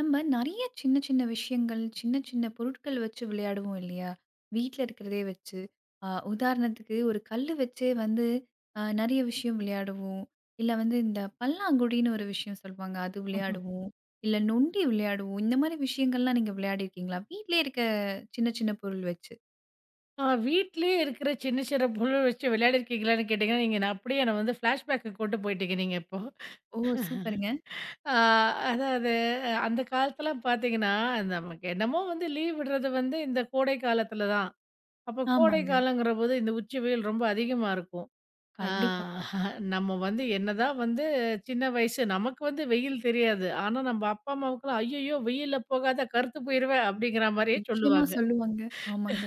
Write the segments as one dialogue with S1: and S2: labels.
S1: நம்ம நிறைய சின்ன சின்ன விஷயங்கள், சின்ன சின்ன பொருட்கள் வச்சு விளையாடுவோம் இல்லையா? வீட்ல இருக்கிறதே வச்சு. உதாரணத்துக்கு ஒரு கல்லு வச்சே வந்து அ நிறைய விஷயம் விளையாடுவோம். இல்ல வந்து இந்த பல்லாங்குழின்னு ஒரு விஷயம் சொல்லுவாங்க. அது
S2: ம்ஹ்ம்.
S1: விளையாடுவோம். இல்ல நொண்டி விளையாடுவோம். இந்த மாதிரி விஷயங்கள்லாம் நீங்க விளையாடியிருக்கீங்களா? வீட்லயே இருக்க சின்ன சின்ன பொருள் வச்சு.
S2: வீட்லயே இருக்கிற சின்ன சின்ன பொருள் வச்சு விளையாடிருக்கீங்களான்னு கேட்டீங்கன்னா, நீங்க நான் அப்படியே என்ன வந்து ஃப்ளாஷ்பேக்கு கூட்டு போயிட்டீங்க நீங்க இப்போ.
S1: ஓ! சூப்பருங்க.
S2: ஆ அதாவது அந்த காலத்துலலாம் பார்த்தீங்கன்னா, நமக்கு என்னமோ வந்து லீவ் விடுறது வந்து இந்த கோடை காலத்துல தான். அப்போ கோடை
S1: ஆமாங்க.
S2: காலங்கிறபோது இந்த உச்சி வெயில் ரொம்ப அதிகமா இருக்கும். ஆ
S1: கண்டிப்பா.
S2: நம்ம வந்து என்னதான் வந்து சின்ன வயசு நமக்கு வந்து வெயில் தெரியாது. ஆனா நம்ம அப்பா அம்மாவுக்குலாம் "ஐய்யய்யோ! வெயில்ல போகாத கருத்து போயிருவ" அப்படிங்கிற மாரியே
S1: நிச்சயமா
S2: சொல்லுவாங்க.
S1: சொல்லுவாங்க. ஆமாங்க.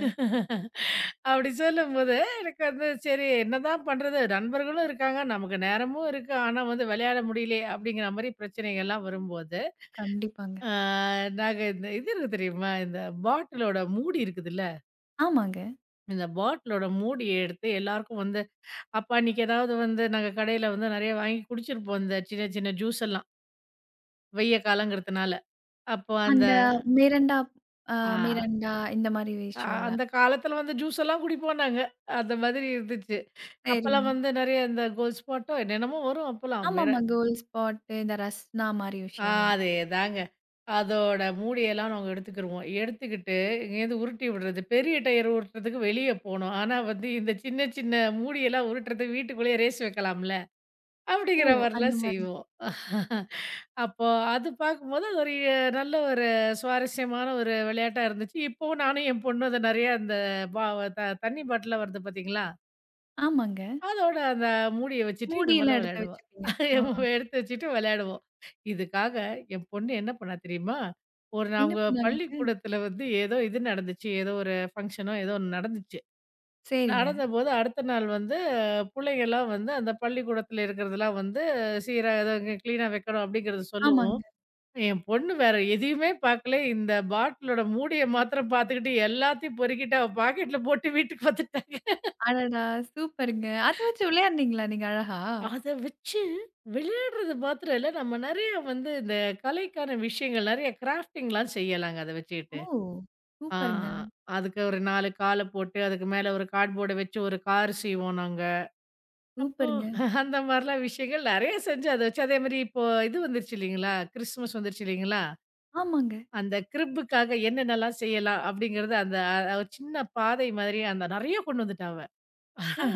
S2: அப்படி சொல்லும்போது, எனக்கு வந்து சரி என்னதான் பண்றது? நண்பர்களும் இருக்காங்க, நமக்கு நேரமும் இருக்கு. ஆனா வந்து விளையாட முடியலையே! அப்படிங்கிற மாரி பிரச்சனைகள்லாம் வரும்போது,
S1: கண்டிப்பாங்க.
S2: ஆ நாங்க இந்த இது இருக்கு தெரியுமா? இந்த பாட்டிலோட மூடி இருக்குதுல்ல,
S1: ஆமாங்க.
S2: இந்த பாட்டிலோட மூடிய எடுத்து எல்லாருக்கும் வந்து அப்ப அன்னைக்கு ஏதாவது வந்து நாங்க கடையில வந்து நெறைய வாங்கி குடிச்சிருப்போம். இந்த சின்ன சின்ன ஜூஸ் எல்லாம். வெய்ய காலங்கிறதுனால. அப்போ அந்த
S1: அந்த மிரண்டா அ
S2: ஆ
S1: மிரண்டா இந்த மாதிரி
S2: அ
S1: விஷயம்ல.
S2: அந்த காலத்துல வந்து ஜூஸ் எல்லாம் குடிப்போம் நாங்க. அந்த மாதிரி இருந்துச்சு.
S1: சரிங்க.
S2: அப்பலாம் வந்து நெறைய இந்த கோல்ட் ஸ்பாட்டோ என்னென்னமோ வரும் அப்பலாம்.
S1: ஆமாமா. கோல்ட் ஸ்பாட்டு இந்த ரஸ்னா மாரி
S2: ஆ
S1: விஷயம்லாம்.
S2: அதேதாங்க. அதோட மூடியெல்லாம் நாங்க எடுத்துக்கிருவோம். எடுத்துக்கிட்டு இங்கேருந்து உருட்டி விடுறது. பெரிய டயர் உருட்டுறதுக்கு வெளிய போணும். ஆனா வந்து இந்த சின்ன சின்ன மூடியெல்லாம் உருட்டுறதுக்கு வீட்டுக்குள்ளேயே ரேஸ் வைக்கலாம்ல.
S1: ஓ!
S2: அப்படிங்கிற
S1: அந்த
S2: மாரிலாம்
S1: மாதிரி.
S2: செய்வோம். அப்போ அது பார்க்கும்போது அது ஒரு நல்ல ஒரு சுவாரஸ்யமான ஒரு விளையாட்டா இருந்துச்சு. இப்பவும் நானும் என் பொண்ணும் அத நெறையா அந்த பா த தண்ணி பாட்டில்லாம் வருது பார்த்தீங்களா?
S1: ஆமாங்க.
S2: அதோட அந்த மூடிய வச்சுட்டு இந்த
S1: மூடியெல்லாம்
S2: மாரிலாம்
S1: எடுத்து
S2: விளையாடுவோம்.
S1: வச்சுப்பீங்க. ஆ.
S2: எடுத்து வச்சுட்டு விளையாடுவோம். இதுக்காக என் பொண்ணு என்ன பண்ணா தெரியுமா? ஒரு
S1: என்ன
S2: நாங்க
S1: பண்ணாங்கங்க?
S2: பள்ளிக்கூடத்துல வந்து ஏதோ இது நடந்துச்சு. ஏதோ ஒரு ஃபங்ஷனோ ஏதோ ஒண்ணு நடந்துச்சு.
S1: சரிங்க.
S2: நடந்தபோது அடுத்த நாள் வந்து புள்ளைங்கலாம் வந்து அந்த பள்ளிக்கூடத்துல இருக்கிறதெல்லாம் வந்து சீரா ஏதோ கிளீனா வைக்கணும் அப்படிங்கிறத சொல்லவும்,
S1: ஆமாங்க.
S2: என் பொண்ணு வேற எதையுமே பார்க்கல. இந்த பாட்டிலோட மூடிய மாத்திரம் பார்த்துக்கிட்டு எல்லாத்தையும் பொறுக்கிட்டு அவ பாக்கெட்ல போட்டு வீட்டுக்கு வந்துட்டா.
S1: அடடா! சூப்பருங்க. அத வச்சு விளையாடுனீங்களா நீங்க அழகா?
S2: அத வச்சு விளையாடுறது மாத்திரம் இல்ல, நம்ம நெறைய வந்து இந்த கலைக்கான விஷயங்கள் நெறைய கிராஃப்டிங்லாம் செய்யலாங்க அத
S1: ஓ!
S2: வச்சுக்கிட்டு. ஆ
S1: சூப்பருங்க,
S2: அதுக்கு ஒரு 4 கால போட்டு, அதுக்கு மேல ஒரு கார்ட்போர்ட வச்சு ஒரு கார் செய்வோம் நாங்க. அப்போ
S1: சூப்பருங்க.
S2: அந்த மாரிலாம் விஷயங்கள் நெறைய செஞ்சு அத வச்சு அதே மாரி இப்போ இது வந்துருச்சு இல்லைங்களா? கிறிஸ்துமஸ் வந்துருச்சு இல்லைங்களா?
S1: ஆமாங்க.
S2: அந்த கிரிப்புக்காக என்னென்னலாம் செய்யலாம்? அப்படிங்கிறது அந்த ஒரு சின்ன பாதை மாதிரி அந்த நெறைய கொண்டு வந்துட்டா அவ.
S1: ஓ!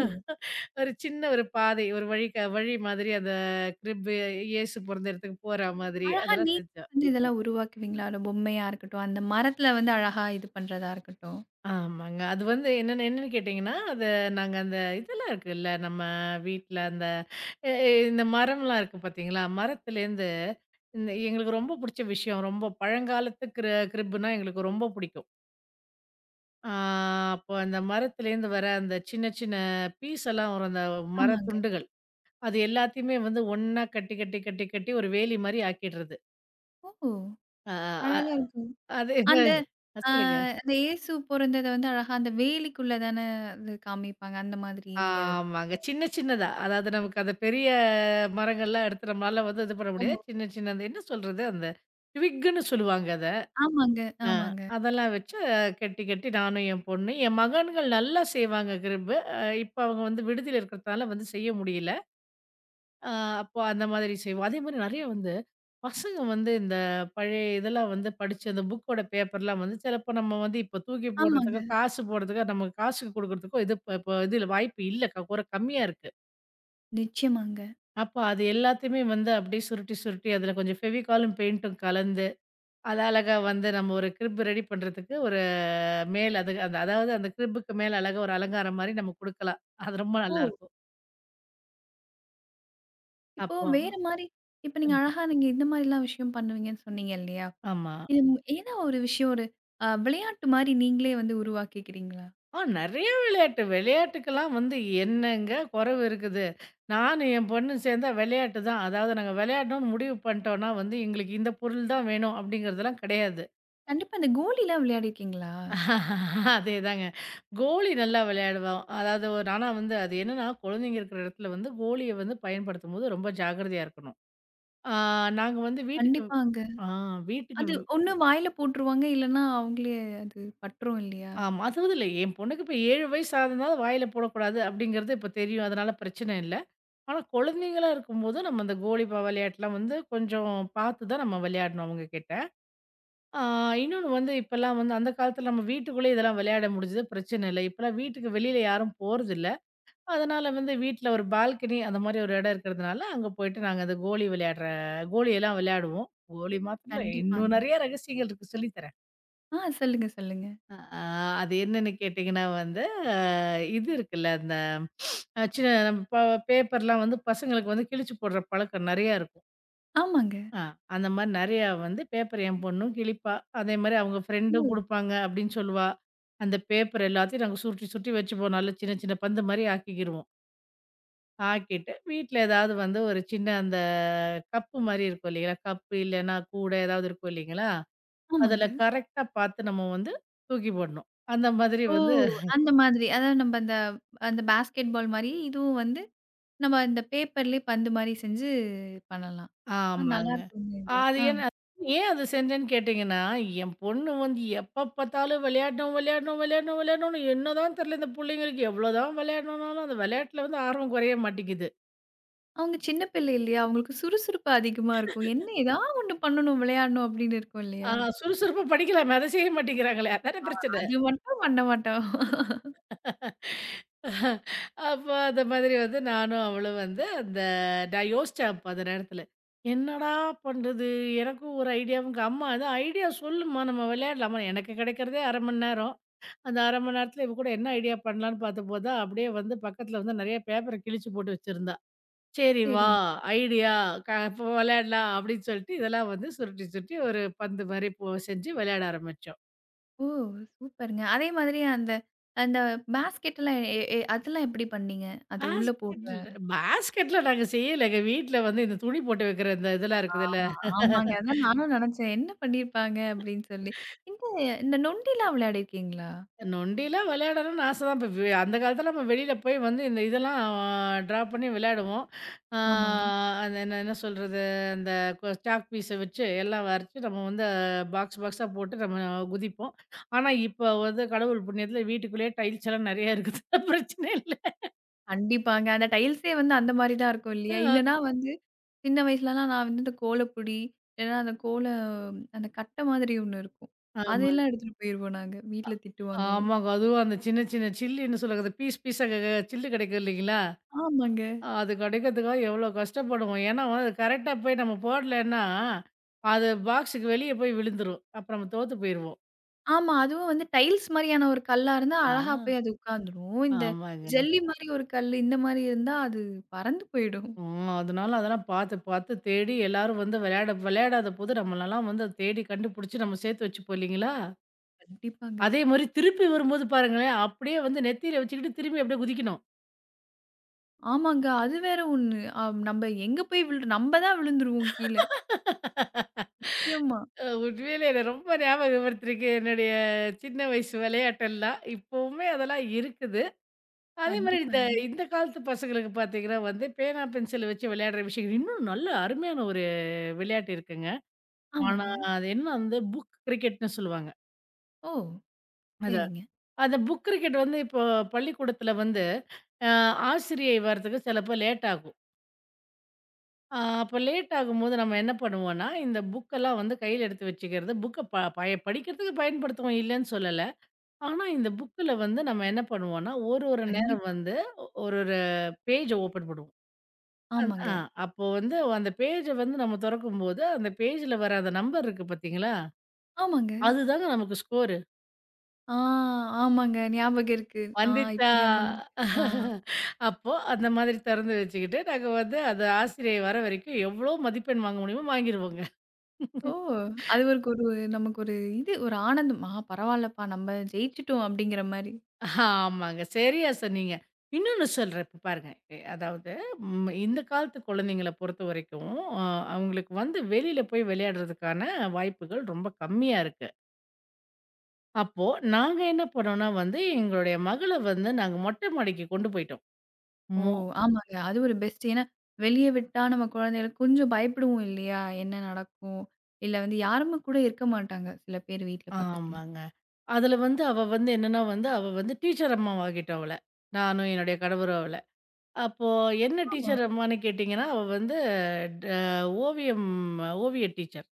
S2: ஒரு சின்ன ஒரு பாதை, ஒரு வழி வழி மாதிரி அந்த கிரிப்பு இயேசு பொறந்த இடத்துக்கு போற மாதிரி
S1: அழகா
S2: அதெல்லாம்
S1: நீங்க
S2: செஞ்சோம்.
S1: வந்து இதெல்லாம் உருவாக்குவீங்களா? ஒரு பொம்மையா இருக்கட்டும், அந்த மரத்துல வந்து அழகா இது பண்றதா இருக்கட்டும்.
S2: ஆமாங்க. அது வந்து என்னன்னு என்னன்னு கேட்டீங்கன்னா, அது நாங்க அந்த இதெல்லாம் இருக்குல்ல, நம்ம வீட்ல அந்த எ எ இந்த மரம்லாம் இருக்கு பார்த்தீங்களா? மரத்துலேருந்து இந்த எங்களுக்கு ரொம்ப புடிச்ச விஷயம். ரொம்ப பழங்காலத்து கிரிப்புனா எங்களுக்கு ரொம்ப புடிக்கும். ஆ அப்போ அந்த மரத்துலேருந்து வர அந்த சின்ன சின்ன பீஸ் எல்லாம் வரும் அந்த
S1: ஆமாங்க.
S2: மரத்துண்டுகள். அது எல்லாத்தையுமே வந்து ஒண்ணா கட்டி, கட்டி, கட்டி, கட்டி ஒரு வேலி மாரி ஆக்கிடுறது.
S1: ஓ!
S2: ஆ, அ
S1: அழகா இருக்கு.
S2: அது என்ன?
S1: அந்த அ
S2: சொல்லுங்க.
S1: அந்த இயேசு பொறந்தத வந்து அழகா அந்த வேலிக்குள்ள தான அது காமிப்பாங்க. அந்த மாதிரி நீங்க வைப்பீங்க.
S2: ஆமாங்க. சின்ன சின்னதா. அதாவது நமக்கு அந்த பெரிய மரங்கள்லாம் எடுத்து நம்மளால வந்து இது பண்ண
S1: ஓ!
S2: முடியாது. சின்ன சின்ன அந்த என்ன சொல்றது? அந்த ட்விக்குன்னு சொல்லுவாங்க அத.
S1: ஆமாங்க,
S2: அ
S1: ஆமாங்க,
S2: அதெல்லாம் வச்சு கட்டி கட்டி நானும் என் பொண்ணு, என் மகன்கள் நல்லா செய்வாங்க கிரிம்பு. இப்ப அவங்க வந்து விடுதியில இருக்கிறதுனால வந்து செய்ய முடியல. அ அப்போ அந்த மாதிரி செய்வோம். அதே மாரி நெறைய வந்து பசங்க வந்து இந்த பழைய இதெல்லாம் வந்து படிச்சு அந்த புக்கோட பேப்பர்லாம் வந்து சிலப்போ நம்ம வந்து இப்போ தூக்கி
S1: ஆமாங்க.
S2: போடுறதுக்கோ, காசு போடுறதுக்கோ, நமக்கு காசுக்கு குடுக்குறதுக்கோ இது இப்ப இப்ப இதுல வாய்ப்பு இல்ல. க குற கம்மியா இருக்கு.
S1: நிச்சயமாங்க.
S2: அப்ப அது எல்லாத்தையுமே வந்து அப்படியே சுருட்டி, சுருட்டி அதுல கொஞ்சம் ஃபெவிகாலும் பெயிண்ட்டும் கலந்து, அது அழகா வந்து நம்ம ஒரு கிரிப் ரெடி பண்றதுக்கு ஒரு மேல் அது அந்த அதாவது அந்த கிரிப்புக்கு மேல அழகா ஒரு அலங்காரம் மாரி நம்ம குடுக்கலாம். அது ரொம்ப
S1: ஓ!
S2: நல்லாருக்கும்.
S1: இப்போ
S2: அப்போ
S1: வேற மாரி இப்ப நீங்க
S2: ம்.
S1: அழகா நீங்க இந்த மாரிலாம் விஷயம் பண்ணுவீங்கன்னு சொன்னீங்க இல்லையா?
S2: ஆமா.
S1: இது ஏதா ஒரு விஷயம் ஒரு அ விளையாட்டு மாரி நீங்களே வந்து உருவாக்கிக்கிறீங்களா?
S2: நெறைய விளையாட்டு. விளையாட்டுக்கெல்லாம் வந்து என்னங்க குறைவு இருக்குது? நானும் என் பொண்ணும் சேர்ந்தா விளையாட்டு தான். அதாவது நாங்க விளையாடணும்னு முடிவு பண்ணிட்டோம்னா வந்து, எங்களுக்கு இந்த பொருள் தான் வேணும் அப்படிங்கிறதெல்லாம் கிடையாது.
S1: கண்டிப்பா இந்த கோலிலாம் விளையாடிருக்கீங்களா?
S2: அதேதாங்க. கோலி நல்லா விளையாடுவோம். அதாவது ஒரு ஆனா வந்து அது என்னன்னா, குழந்தைங்க இருக்கிற இடத்துல வந்து கோலிய வந்து பயன்படுத்தும்போது ரொம்ப ஜாக்கிரதையா இருக்கணும். ஆ நாங்க வந்து
S1: கண்டிப்பாங்க.
S2: ஆ வீட்டுக்கு
S1: அது ஒண்ணு வாயில போட்டுருவாங்க, இல்லன்னா அவங்களே அது பட்டுரும் இல்லையா?
S2: ஆமா. அதுவும் இல்ல என் பொண்ணுக்கு இப்ப 7 வயசு ஆகுதுனால வாயில போடக்கூடாது அப்படிங்கிறது இப்ப தெரியும். அதனால பிரச்சனை இல்ல. ஆனா, குழந்தைங்களா இருக்கும்போது நம்ம அந்த கோலிபா விளையாட்டுலாம் வந்து கொஞ்சம் பார்த்து தான் நம்ம விளையாடணும் அவங்க கிட்ட. ஆ இன்னொன்னு வந்து இப்பலாம் வந்து அந்த காலத்துல நம்ம வீட்டுக்குள்ளேயே இதெல்லாம் விளையாட முடிஞ்சது, பிரச்சனை இல்ல. இப்பலாம் வீட்டுக்கு வெளியில யாரும் போறதில்ல. அதனால வந்து வீட்ல ஒரு பால்கனி அந்த மாரி ஒரு இடம் இருக்கிறதுனால, அங்க போயிட்டு நாங்க அந்த கோலியெல்லாம் விளையாடுவோம். கோலி மாத்திரம் இல்ல, இன்னும்
S1: கண்டிப்பாங்க.
S2: நெறைய ரகசியங்கள் இருக்கு சொல்லித் தரேன்.
S1: ஆ சொல்லுங்க, சொல்லுங்க.
S2: ஆ அது என்னன்னு கேட்டீங்கன்னா வந்து, இது இருக்குல்ல அந்த சின்ன நம்ம பேப்பர்லாம் வந்து பசங்களுக்கு வந்து கிழிச்சு போடுற பழக்கம் நெறையா இருக்கும்.
S1: ஆமாங்க.
S2: ஆ. அந்த மாரி நெறையா வந்து பேப்பர் என் பொண்ணும் கிழிப்பா. அதேமாரி அவங்க
S1: ஓ!
S2: ஃப்ரெண்டும் குடுப்பாங்க அப்டின்னு சொல்லுவா. அந்த பேப்பர் எல்லாத்தையும் நாங்க சுருட்டி சுருட்டி வச்சுப்போம். நல்ல சின்ன சின்ன பந்து மாரி ஆக்கிக்கிருவோம். ஆக்கிட்டு வீட்ல ஏதாவது வந்து ஒரு சின்ன அந்த கப்பு மாரி இருக்கும் இல்லைங்களா? கப்பு இல்லன்னா கூட ஏதாவது இருக்கும் இல்லைங்களா?
S1: ஆமாங்க.
S2: அதுல கரெக்ட்டா பார்த்து நம்ம வந்து தூக்கி போடணும். அந்த மாதிரி
S1: ஓ!
S2: வந்து
S1: அந்த மாதிரி. அதாவது நம்ப அந்த அந்த பாஸ்கெட் பால் மாரி, இதுவும் வந்து நம்ம இந்த பேப்பர்லயே பந்து மாரி செஞ்சு பண்ணலாம். ஆ
S2: ஆமாங்க.
S1: நல்லாருக்குங்க இது.
S2: அது
S1: ஆ.
S2: என்ன ஏன் அது செஞ்சேன்னு கேட்டீங்கன்னா, என் பொண்ணு வந்து எப்ப பார்த்தாலும் விளையாடணும், விளையாடணும், விளையாடணும், விளையாடணும்னு என்னதான் தெரியல இந்த புள்ளைங்களுக்கு எவ்வளோதான் விளையாடணும்னாலும் அந்த விளையாட்டுல வந்து ஆர்வம் குறைய மாட்டேங்குது.
S1: அவங்க சின்ன பிள்ளை இல்லையா? அவங்களுக்கு சுறுசுறுப்பு அதிகமா இருக்கும். என்ன ஏதாவது ஒண்ணு பண்ணணும், விளையாடணும் அப்படின்னு இருக்கும்
S2: ஆ
S1: இல்லையா?
S2: சுறுசுறுப்பா படிக்கலாமே அத செய்ய மாட்டேங்கிறாங்களே அதானே பிரச்சனை.
S1: அது மட்டும் பண்ண மாட்டோம்.
S2: அப்ப அந்த மாதிரி வந்து நானும் அவளும் வந்து அந்த நான் யோசிச்சேன் அப்ப அந்த நேரத்துல. என்னடா பண்றது? எனக்கும் ஒரு ஐடியாவும் அம்மா அதான் ஐடியா சொல்லுமா நம்ம விளையாடலாமா? எனக்கு கிடைக்கிறதே 1/2 மணி நேரம். அந்த 1/2 மணி நேரத்துல இவ கூட என்ன ஐடியா பண்ணலான்னு பார்த்தபோதுதான், அப்படியே வந்து பக்கத்துல வந்து நெறைய பேப்பர கிழிச்சு போட்டு வச்சிருந்தா. "சரி வா,
S1: சரிங்க.
S2: ஐடியா இப்போ விளையாடலாம்" அப்படின்னு சொல்லிட்டு இதெல்லாம் வந்து சுருட்டி சுருட்டி ஒரு பந்து மாரி செஞ்சு விளையாட ஆரம்பிச்சோம்.
S1: ஓ! சூப்பருங்க. அதே மாதிரி அந்த அந்த பாஸ்கெட்லாம் எ எ அதெல்லாம் எப்படி பண்ணீங்க? அது உள்ள போடுற
S2: பாஸ்கெட்ல பாஸ்கெட்ல நாங்க செய்யலங்க. வீட்ல வந்து இந்த துணி போட்டு வைக்கிற இந்த இதெல்லாம்
S1: ஆ
S2: இருக்குதுல்ல.
S1: ஆமாங்க. அதான் நானும் நெனச்சேன். என்ன பண்ணியிருப்பாங்க அப்படின்னு சொல்லி. இந்த இந்த நொண்டிலாம் விளையாடிருக்கீங்களா?
S2: நொண்டிலாம் விளையாடணும்னு ஆசை தான். இப்ப அந்த காலத்தில நம்ம வெளியில போய் வந்து இந்த இதெல்லாம் ட்ரா பண்ணி விளையாடுவோம். ஆ
S1: ஆமாங்க.
S2: அந்த என்ன என்ன சொல்றது? அந்த சாக் பீஸ வச்சு எல்லாம் வரைச்சு நம்ம வந்து பாக்ஸ் பாக்ஸா போட்டு நம்ம குதிப்போம். ஆனா, இப்ப வந்து கடவுள் புண்ணியத்துல வீட்டுக்குள்ளேயே டைல்ஸ் எல்லாம் நெறைய இருக்குது. பிரச்சனை இல்ல.
S1: கண்டிப்பாங்க. அந்த டைல்ஸே வந்து அந்த மாரி தான் இருக்கும் இல்லையா? இல்லன்னா வந்து சின்ன வயசுலலாம் நான் வந்து இந்த கோலப்பொடி, இல்லன்னா அந்த கட்ட மாதிரி ஒண்ணு இருக்கும்.
S2: ஆமாங்க.
S1: அதெல்லாம் எடுத்துட்டு போயிருவோம் நாங்க. வீட்ல திட்டு வாங்குவோம்.
S2: ஆமாங்க. அதுவும் அந்த சின்ன சின்ன சில்லுன்னு சொல்லுவாங்க. அந்த பீஸ் பீஸா க க சில்லு கிடைக்கும் இல்லைங்களா?
S1: ஆமாங்க.
S2: அது கிடைக்கிறதுக்காக எவ்வளோ கஷ்டப்படுவோம். ஏன்னா, அது கரெக்ட்டா போய் நம்ம போடலன்னா, அது பாக்ஸுக்கு வெளிய போய் விழுந்துரும். அப்ப நம்ம தோத்து போயிருவோம்.
S1: ஆமா. அதுவும் வந்து டைல்ஸ் மாரியான ஒரு கல்லா இருந்தா
S2: ஆ,
S1: அழகா போய் அது உட்காந்துரும். இந்த
S2: ஆமாங்க.
S1: ஜல்லி மாரி ஒரு கல்லு இந்த மாரி இருந்தா அது பறந்து போயிடும்.
S2: ம். அதனால அதெல்லாம் பார்த்து பார்த்து தேடி எல்லாரும் வந்து விளையாட விளையாடாதபோது நம்மளலாம் வந்து அதை தேடி கண்டுபிடிச்சு நம்ம சேர்த்து வச்சுப்போம் இல்லைங்களா?
S1: கண்டிப்பாங்க.
S2: அதே மாரி திருப்பி வரும்போது பாருங்களேன், அப்படியே வந்து நெத்தியில வச்சுக்கிட்டு திரும்பி அப்படியே குதிக்கணும்.
S1: ஆமாங்க. அது வேற ஒண்ணு. நம்ப எங்க போய் விழு நம்ப தான் விழுந்துருவோம் கீழ. நிச்சயமா.
S2: உண்மையிலே என்ன ரொம்ப ஞாபகப்படுத்திருக்கு என்னுடைய சின்ன வயசு விளையாட்டெல்லாம். இப்பவுமே அதெல்லாம் இருக்குது. அதே மாரி இந்த
S1: கண்டிப்பாங்க.
S2: இந்த காலத்து பசங்களுக்கு பார்த்தீங்கன்னா வந்து, பேனா, பென்சில வச்சு விளையாடுற விஷயம் இன்னும் நல்ல அருமையான ஒரு விளையாட்டு இருக்குங்க. ஆனா,
S1: ஆமாங்க.
S2: அது என்ன வந்து புக் கிரிக்கெட்ன்னு சொல்லுவாங்க.
S1: ஓ!
S2: அத
S1: சரிங்க.
S2: அந்த புக் கிரிக்கெட் வந்து இப்போ பள்ளிக்கூடத்தில வந்து அ ஆசிரியை வரதுக்கு சிலப்போ லேட் ஆகும். அ அப்போ லேட் ஆகும்போது நம்ம என்ன பண்ணுவோம்னா, இந்த புக்கெல்லாம் வந்து கையில எடுத்து வச்சுக்கிறது, புக்க ப பய படிக்கிறதுக்கு பயன்படுத்துவோம் இல்லன்னு சொல்லல. ஆனா, இந்த புக்கில வந்து நம்ம என்ன பண்ணுவோம்னா, ஒரு ஒரு நேரம்
S1: கண்டிப்பா.
S2: வந்து ஒரு ஒரு பேஜ ஓப்பன் பண்ணுவோம். அந்
S1: ஆமாங்க,
S2: ஆ அப்போ வந்து அந்த பேஜ வந்து நம்ம தொறக்கும்போது, அந்த பேஜ்ல வர அந்த நம்பர் இருக்கு பார்த்தீங்களா?
S1: ஆமாங்க.
S2: அதுதாங்க நமக்கு ஸ்கோரு.
S1: ஆ ஆமாங்க. ஞாபகம் இருக்கு. ஆ இப்ப
S2: வந்துச்சா!
S1: ஞாபகம் இருக்கு. ஆ.
S2: அப்போ அந்த மாதிரி திறந்து வச்சுக்கிட்டு, நாங்க வந்து அந்த ஆசிரியை வர வரைக்கும் எவ்வளோ மதிப்பெண் வாங்க முடியுமோ வாங்கிருவோங்க.
S1: ஓ! அது ஒரு ஒரு நமக்கு ஒரு இது ஒரு ஆனந்தம். ஆ பரவால்லப்பா நம்ம ஜெயிச்சுட்டோம் அப்படிங்கிற மாரி.
S2: ஆமாங்க. சரியா சொன்னீங்க. இன்னொன்னு சொல்றேன் இப்ப பாருங்க. அதாவது இந்த காலத்து குழந்தைங்கள பொறுத்தவரைக்கும், அ அவங்களுக்கு வந்து வெளியில போய் விளையாடுறதுக்கான வாய்ப்புகள் ரொம்ப கம்மியா இருக்கு. அப்போ நாங்க என்ன பண்ணோம்னா வந்து, எங்களுடைய மகள வந்து நாங்க மொட்டை மாடிக்கு கொண்டு போயிட்டோம்.
S1: ஓ!
S2: மொ
S1: ஆமாங்க. அது ஒரு பெஸ்ட். ஏன்னா வெளிய விட்டா நம்ம குழந்தைகளுக்கு கொஞ்சம் பயப்படுவோம் இல்லையா? என்ன நடக்கும்? இல்ல வந்து யாருமே கூட இருக்க மாட்டாங்க. சில பேர் வீட்ல பக்கத்துல.
S2: ஆமாங்க. அதுல வந்து அவ வந்து என்னன்னா வந்து, அவ வந்து டீச்சர் அம்மாவாகிட்டோம் அவள. நானும் என்னுடைய கணவரும் அவள. அப்போ என்ன
S1: ஓ!
S2: டீச்சர் அம்மான்னு கேட்டீங்கன்னா, அவ வந்து ட ஓவியம் ஓவிய டீச்சர்.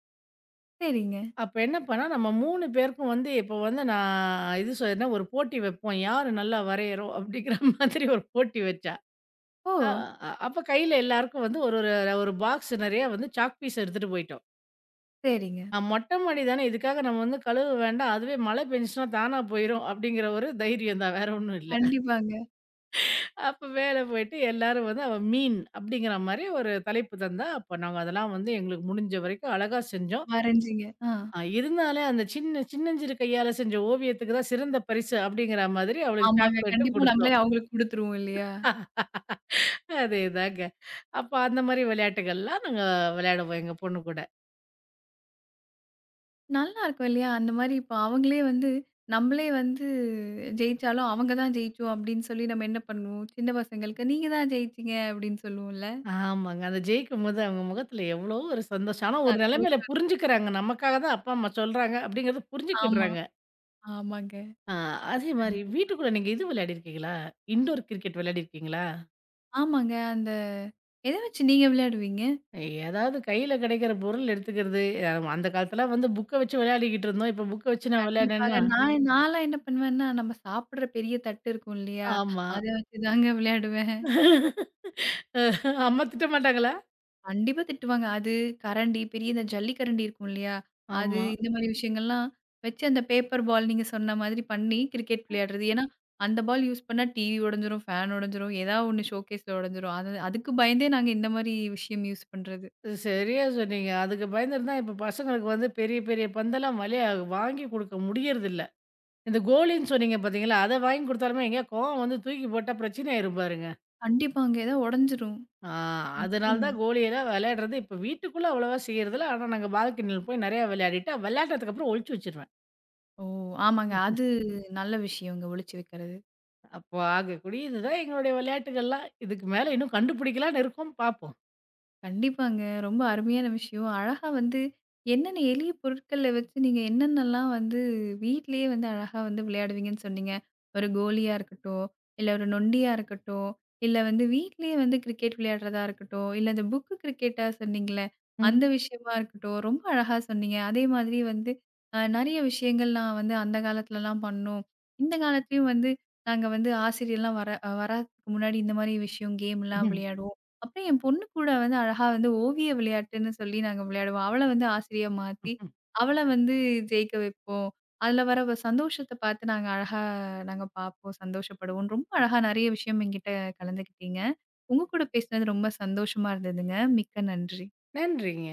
S1: சரிங்க.
S2: அப்ப என்ன பண்ணா, நம்ம 3 பேருக்கும் வந்து இப்போ வந்து நான் இது சொன்னா ஒரு போட்டி வைப்போம். யாரு நல்லா வரையறோம் அப்படிங்கிற மாதிரி ஒரு போட்டி வச்சா.
S1: ஓ!
S2: அ அ- அப்ப கையில எல்லாருக்கும் வந்து ஒரு ஒரு ஒரு பாக்ஸ் நெறைய வந்து சாக் பீஸ் எடுத்துட்டு போயிட்டோம்.
S1: சரிங்க.
S2: மொட்டை மாடி தானே, இதுக்காக நம்ம வந்து கழுவ வேண்டாம். அதுவே மழை பெஞ்சுச்சுன்னா தானா போயிரும் அப்படிங்கிற ஒரு தைரியம் தான். வேற ஒண்ணும் இல்ல.
S1: கண்டிப்பாங்க.
S2: அப்ப மேல போயிட்டு எல்லாரும் வந்து அவ மீன் அப்படிங்கிற மாரி ஒரு தலைப்பு தந்தா, அப்ப நாங்க அதெல்லாம் வந்து எங்களுக்கு முடிஞ்ச வரைக்கும் அழகா செஞ்சோம்.
S1: வரைஞ்சீங்க. ஆ.
S2: இருந்தாலே அந்த சின்ன சின்னஞ்சிறு கையால செஞ்ச ஓவியத்துக்கு தான் சிறந்த பரிசு அப்படிங்கிற மாதிரி அவளுக்கு
S1: ஆமாங்க.
S2: சாக்லேட்டும்
S1: கண்டிப்பா
S2: குடுத்தோம்.
S1: நம்மளே அவங்களுக்கு குடுத்துருவோம் இல்லையா?
S2: அதேதாங்க. அப்ப அந்த மாரி விளையாட்டுகள்லாம் நாங்க விளையாடுவோம் எங்க பொண்ணு கூட.
S1: நல்லா இருக்கும் இல்லையா? அந்த மாரி இப்ப அவங்களே வந்து, நம்மளே வந்து ஜெயிச்சாலும் அவங்க தான் ஜெயிச்சோம் அப்படின்னு சொல்லி நம்ம என்ன பண்ணுவோம்? சின்ன பசங்களுக்கு நீங்க தான் ஜெயிச்சீங்க அப்படின்னு சொல்லுவோம்ல.
S2: ஆமாங்க. அத ஜெயிக்கும்போது அவங்க முகத்துல எவ்வளோ ஒரு சந்தோஷம். ஆனா ஒரு நிலைமையில
S1: சந்தோஷம் இருக்கும்.
S2: புரிஞ்சுக்கிறாங்க. நமக்காக தான் அப்பா, அம்மா சொல்றாங்க அப்படிங்கிறத
S1: ஆமா,
S2: புரிஞ்சுக்கிடுறாங்க.
S1: ஆமாங்க.
S2: ஆ அதே மாரி
S1: கண்டிப்பா.
S2: வீட்டுக்குள்ள நீங்க இது விளையாடியிருக்கீங்களா? Indoor cricket விளையாடியிருக்கீங்களா?
S1: ஆமாங்க. அந்த எத வச்சு நீங்க விளையாடுவீங்க?
S2: ஏதாவது கையில கிடைக்கிற பொருள் எடுத்துக்கிறது. அந்த காலத்துல வந்து புக்க வச்சு விளையாடிக்கிட்டு இருந்தோம். இப்ப புக்க வச்சு நான்
S1: கண்டிப்பாங்க.
S2: விளையாடேன்னா
S1: நான்லாம் என்ன பண்ணுவேன்னா, நம்ம சாப்பிடுற பெரிய தட்டு இருக்கும் இல்லையா?
S2: ஆமா.
S1: அத வச்சு தாங்க விளையாடுவேன்.
S2: அஹ் அம்மா திட்ட மாட்டாங்களா?
S1: கண்டிப்பா திட்டுவாங்க. அது கரண்டி, பெரிய இந்த ஜல்லி கரண்டி இருக்கும் இல்லையா? அது
S2: ஆமா.
S1: இந்த மாரி விஷயங்கள்லாம் வச்சு அந்த பேப்பர் பால் நீங்க சொன்ன மாதிரி பண்ணி கிரிக்கெட் விளையாடுறது. ஏன்னா, அந்த பால் யூஸ் பண்ணா டிவி உடைஞ்சிரும், ஃபேன் உடைஞ்சிரும், ஏதாவது ஒண்ணு ஷோகேஸ்ல உடைஞ்சிரும். அது அதுக்கு பயந்தே நாங்க இந்த மாரி விஷயம் யூஸ் பண்றது.
S2: சரியா சொன்னீங்க. அதுக்கு பயந்துட்டு தான் இப்ப பசங்களுக்கு வந்து பெரிய பெரிய பந்தெல்லாம் வளைய வாங்கி குடுக்க முடியறதில்ல. இந்த கோலின்னு சொன்னீங்க பார்த்தீங்களா, அத வாங்கி குடுத்தாலுமே எங்கேயா கோவம் வந்து தூக்கி போட்டா பிரச்சனை ஆயிரும் பாருங்க.
S1: கண்டிப்பாங்க. ஏதா உடைஞ்சிரும்.
S2: ஆ அதனால
S1: நிச்சயமா.
S2: தான் கோலியெல்லாம் விளையாடுறது இப்ப வீட்டுக்குள்ள அவ்வளவா செய்றதில்ல. ஆனா நாங்க பால்கனியில போய் நெறையா விளையாடிட்டு, விளையாடுனதுக்கு அப்புறம் ஒழிச்சு வச்சுருவேன்.
S1: ஓ! ஆமாங்க. அது நல்ல விஷயங்க ஒளிச்சு வைக்கிறது.
S2: அப்போ ஆகக்கூடிய இதுதான் எங்களுடைய விளையாட்டுகள்லாம். இதுக்கு மேல இன்னும் கண்டுபிடிக்கலான்னு இருக்கோம். பார்ப்போம்.
S1: கண்டிப்பாங்க. ரொம்ப அருமையான விஷயம். அழகா வந்து என்னென்ன எளிய பொருட்கள்ல வச்சு நீங்க என்னென்னலாம் வந்து வீட்லயே வந்து அழகா வந்து விளையாடுவீங்கன்னு சொன்னீங்க. ஒரு கோலியா இருக்கட்டும், இல்ல ஒரு நொண்டியா இருக்கட்டும், இல்ல வந்து வீட்லயே வந்து கிரிக்கெட் விளையாடுறதா இருக்கட்டும், இல்ல இந்த புக்கு கிரிக்கெட்டா சொன்னீங்கல்ல,
S2: ம்.
S1: அந்த விஷயமா இருக்கட்டும். ரொம்ப அழகா சொன்னீங்க. அதே மாதிரி வந்து நெறைய விஷயங்கள் நான் வந்து அந்த காலத்துலலாம் பண்ணோம். இந்த காலத்துலயும் வந்து நாங்க வந்து ஆசிரியர்லாம் வர வராதுக்கு முன்னாடி இந்த மாரி விஷயம் கேம்லாம் விளையாடுவோம். அப்புறம் என் பொண்ணு கூட வந்து அழகா வந்து ஓவிய விளையாட்டுன்னு சொல்லி நாங்க விளையாடுவோம். அவள வந்து ஆசிரியா மாத்தி, அவள வந்து ஜெயிக்க வைப்போம். அதுல வர வ சந்தோஷத்த பார்த்து நாங்க அழகா நாங்க பார்ப்போம், சந்தோஷப்படுவோம். ரொம்ப அழகா நெறைய விஷயம் என்கிட்ட கலந்துக்கிட்டீங்க. உங்க கூட பேசினது ரொம்ப சந்தோஷமா இருந்ததுங்க. மிக்க நன்றி.
S2: நன்றிங்க.